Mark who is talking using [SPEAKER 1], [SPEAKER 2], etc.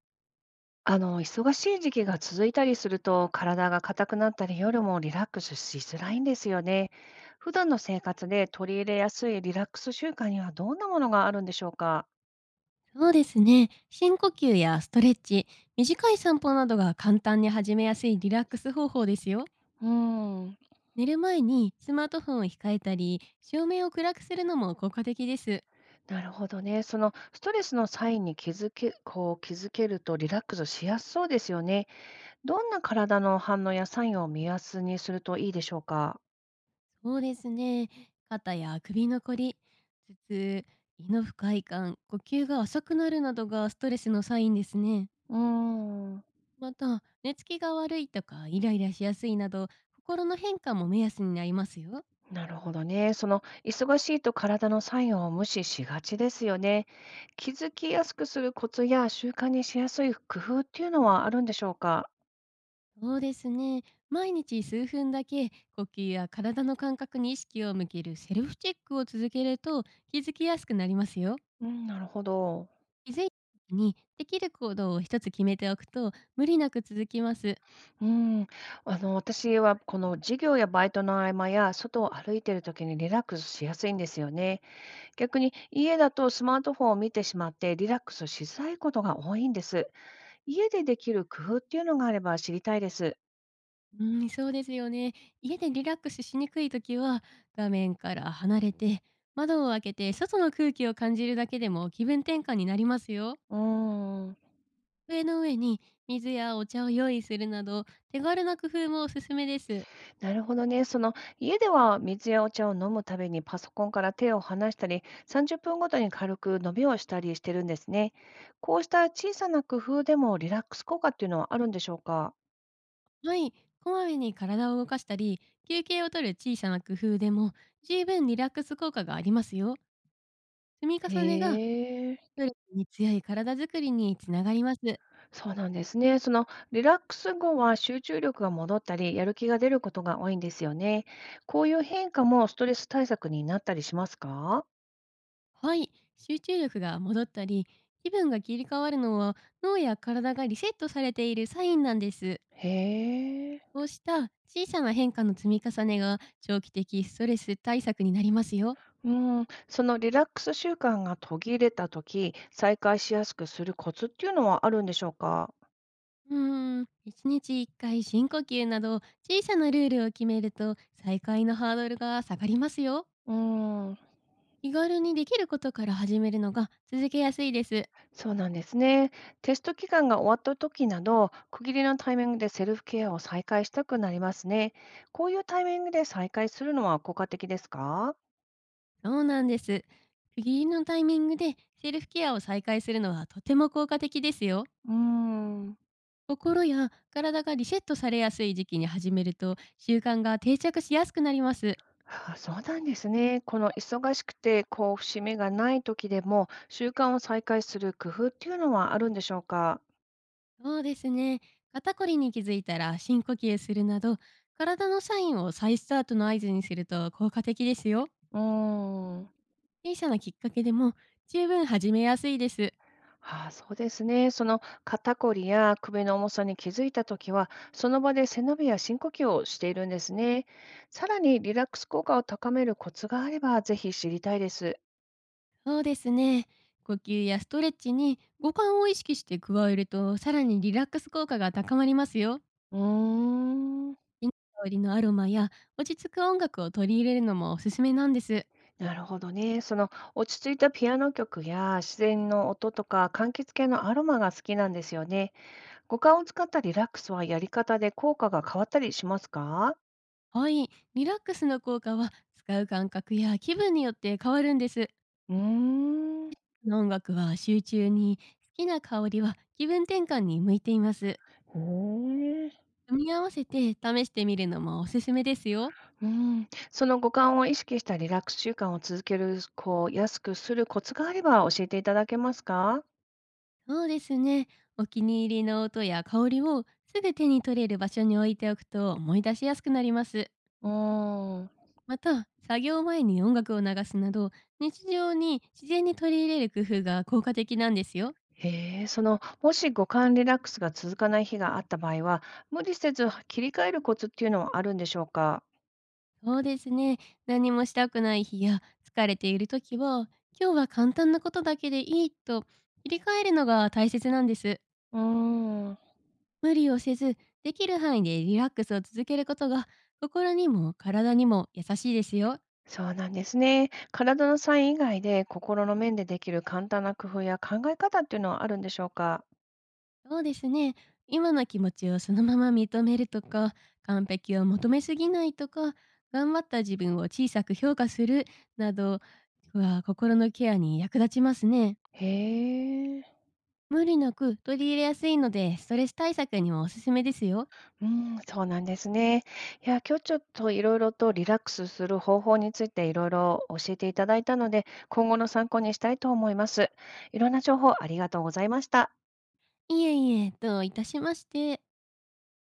[SPEAKER 1] 忙しい時期が続いたりすると、体が硬くなったり、夜もリラックスしづらいんですよね。普段の生活で取り入れやすいリラックス習慣にはどんなものがあるんでしょうか。
[SPEAKER 2] そうですね。深呼吸やストレッチ、短い散歩などが簡単に始めやすいリラックス方法ですよ。
[SPEAKER 1] うーん。
[SPEAKER 2] 寝る前にスマートフォンを控えたり、照明を暗くするのも効果的です。
[SPEAKER 1] なるほどね。そのストレスの際に気づけ、こう気づけるとリラックスしやすそうですよね。どんな体の反応やサインを目安にするといいでしょうか。
[SPEAKER 2] そうですね。肩や首のこり、頭痛、胃の不快感、呼吸が浅くなるなどがストレスのサインですね。
[SPEAKER 1] うーん。
[SPEAKER 2] また、寝つきが悪いとかイライラしやすいなど、心の変化も目安になりますよ。
[SPEAKER 1] なるほどね。その忙しいと体のサインを無視しがちですよね。気づきやすくするコツや習慣にしやすい工夫っていうのはあるんでしょうか。
[SPEAKER 2] そうですね。毎日数分だけ呼吸や体の感覚に意識を向けるセルフチェックを続けると気づきやすくなりますよ。
[SPEAKER 1] うん、なるほど。
[SPEAKER 2] 気づいた時にできる行動を一つ決めておくと無理なく続きます。
[SPEAKER 1] うん、私はこの授業やバイトの合間や外を歩いている時にリラックスしやすいんですよね。逆に家だとスマートフォンを見てしまってリラックスしづらいことが多いんです。家でできる工夫っていうのがあれば知りたいです。
[SPEAKER 2] うん、そうですよね。家でリラックスしにくい時は、画面から離れて窓を開けて外の空気を感じるだけでも気分転換になりますよ。
[SPEAKER 1] うん。
[SPEAKER 2] 机の上に水やお茶を用意するなど、手軽な工夫もおすすめです。
[SPEAKER 1] なるほどね。その家では水やお茶を飲むたびにパソコンから手を離したり、30分ごとに軽く伸びをしたりしてるんですね。こうした小さな工夫でもリラックス効果っていうのはあるんでしょうか。
[SPEAKER 2] はい、こまめに体を動かしたり、休憩をとる小さな工夫でも十分リラックス効果がありますよ。積み
[SPEAKER 1] へ
[SPEAKER 2] 重ねがス
[SPEAKER 1] え、
[SPEAKER 2] トレスに強い体づくりにつながります。
[SPEAKER 1] そうなんですね。そのリラックス後は集中力が戻ったり、やる気が出ることが多いんですよね。こういう変化もストレス対策になったりしますか。
[SPEAKER 2] はい、集中力が戻ったり、気分が切り替わるのは脳や体がリセットされているサインなんです。
[SPEAKER 1] へえ。
[SPEAKER 2] こうした小さな変化の積み重ねが長期的ストレス対策になりますよ。
[SPEAKER 1] うーん、そのリラックス習慣が途切れた時、再開しやすくするコツっていうのはあるんでしょうか？
[SPEAKER 2] うーん、1日1回深呼吸など、小さなルールを決めると再開のハードルが下がりますよ。
[SPEAKER 1] うーん、
[SPEAKER 2] 気軽にできることから始めるのが続けやすいです。
[SPEAKER 1] そうなんですね。テスト期間が終わった時など、区切りのタイミングでセルフケアを再開したくなりますね。こういうタイミングで再開するのは効果的ですか？
[SPEAKER 2] そうなんです。区切りのタイミングでセルフケアを再開するのはとても効果的ですよ。
[SPEAKER 1] うーん。
[SPEAKER 2] 心や体がリセットされやすい時期に始めると習慣が定着しやすくなります。
[SPEAKER 1] あ、そうなんですね。この忙しくて、こう節目がない時でも、習慣を再開する工夫っていうのはあるんでしょうか？
[SPEAKER 2] そうですね。肩こりに気づいたら深呼吸するなど、体のサインを再スタートの合図にすると効果的ですよ。
[SPEAKER 1] うーん。
[SPEAKER 2] 小さなきっかけでも十分始めやすいです。
[SPEAKER 1] ああ、そうですね。その肩こりや首の重さに気づいたときは、その場で背伸びや深呼吸をしているんですね。さらにリラックス効果を高めるコツがあれば、ぜひ知りたいです。
[SPEAKER 2] そうですね。呼吸やストレッチに五感を意識して加えると、さらにリラックス効果が高まりますよ。
[SPEAKER 1] うーん。
[SPEAKER 2] 木の香りのアロマや落ち着く音楽を取り入れるのもおすすめなんです。
[SPEAKER 1] なるほどね。その落ち着いたピアノ曲や自然の音とか柑橘系のアロマが好きなんですよね。五感を使ったリラックスはやり方で効果が変わったりしますか。
[SPEAKER 2] はい、リラックスの効果は使う感覚や気分によって変わるんです。
[SPEAKER 1] うーん。う
[SPEAKER 2] 音楽は集中に、好きな香りは気分転換に向いています。
[SPEAKER 1] ーん。
[SPEAKER 2] 組み合わせて試してみるのもおすすめですよ。
[SPEAKER 1] うん、その五感を意識したリラックス習慣を続ける、こう、安くするコツがあれば教えていただけますか？
[SPEAKER 2] そうですね。お気に入りの音や香りをすぐ手に取れる場所に置いておくと、思い出しやすくなります。
[SPEAKER 1] うーん。
[SPEAKER 2] また、作業前に音楽を流すなど、日常に自然に取り入れる工夫が効果的なんですよ。
[SPEAKER 1] へえ、その、もし五感リラックスが続かない日があった場合は、無理せず切り替えるコツっていうのはあるんでしょうか？
[SPEAKER 2] そうですね。何もしたくない日や疲れている時は、今日は簡単なことだけでいいと切り替えるのが大切なんです。
[SPEAKER 1] うーん。
[SPEAKER 2] 無理をせず、できる範囲でリラックスを続けることが心にも体にも優しいですよ。
[SPEAKER 1] そうなんですね。体のサイン以外で、心の面でできる簡単な工夫や考え方っていうのはあるんでしょうか？
[SPEAKER 2] そうですね。今の気持ちをそのまま認めるとか、完璧を求めすぎないとか、頑張った自分を小さく評価するなどは心のケアに役立ちますね。
[SPEAKER 1] へえ。
[SPEAKER 2] 無理なく取り入れやすいので、ストレス対策にもおすすめですよ。
[SPEAKER 1] うん、そうなんですね。いや、今日ちょっといろいろとリラックスする方法についていろいろ教えていただいたので、今後の参考にしたいと思います。いろんな情報ありがとうございました。
[SPEAKER 2] いえいえ、どういたしまして。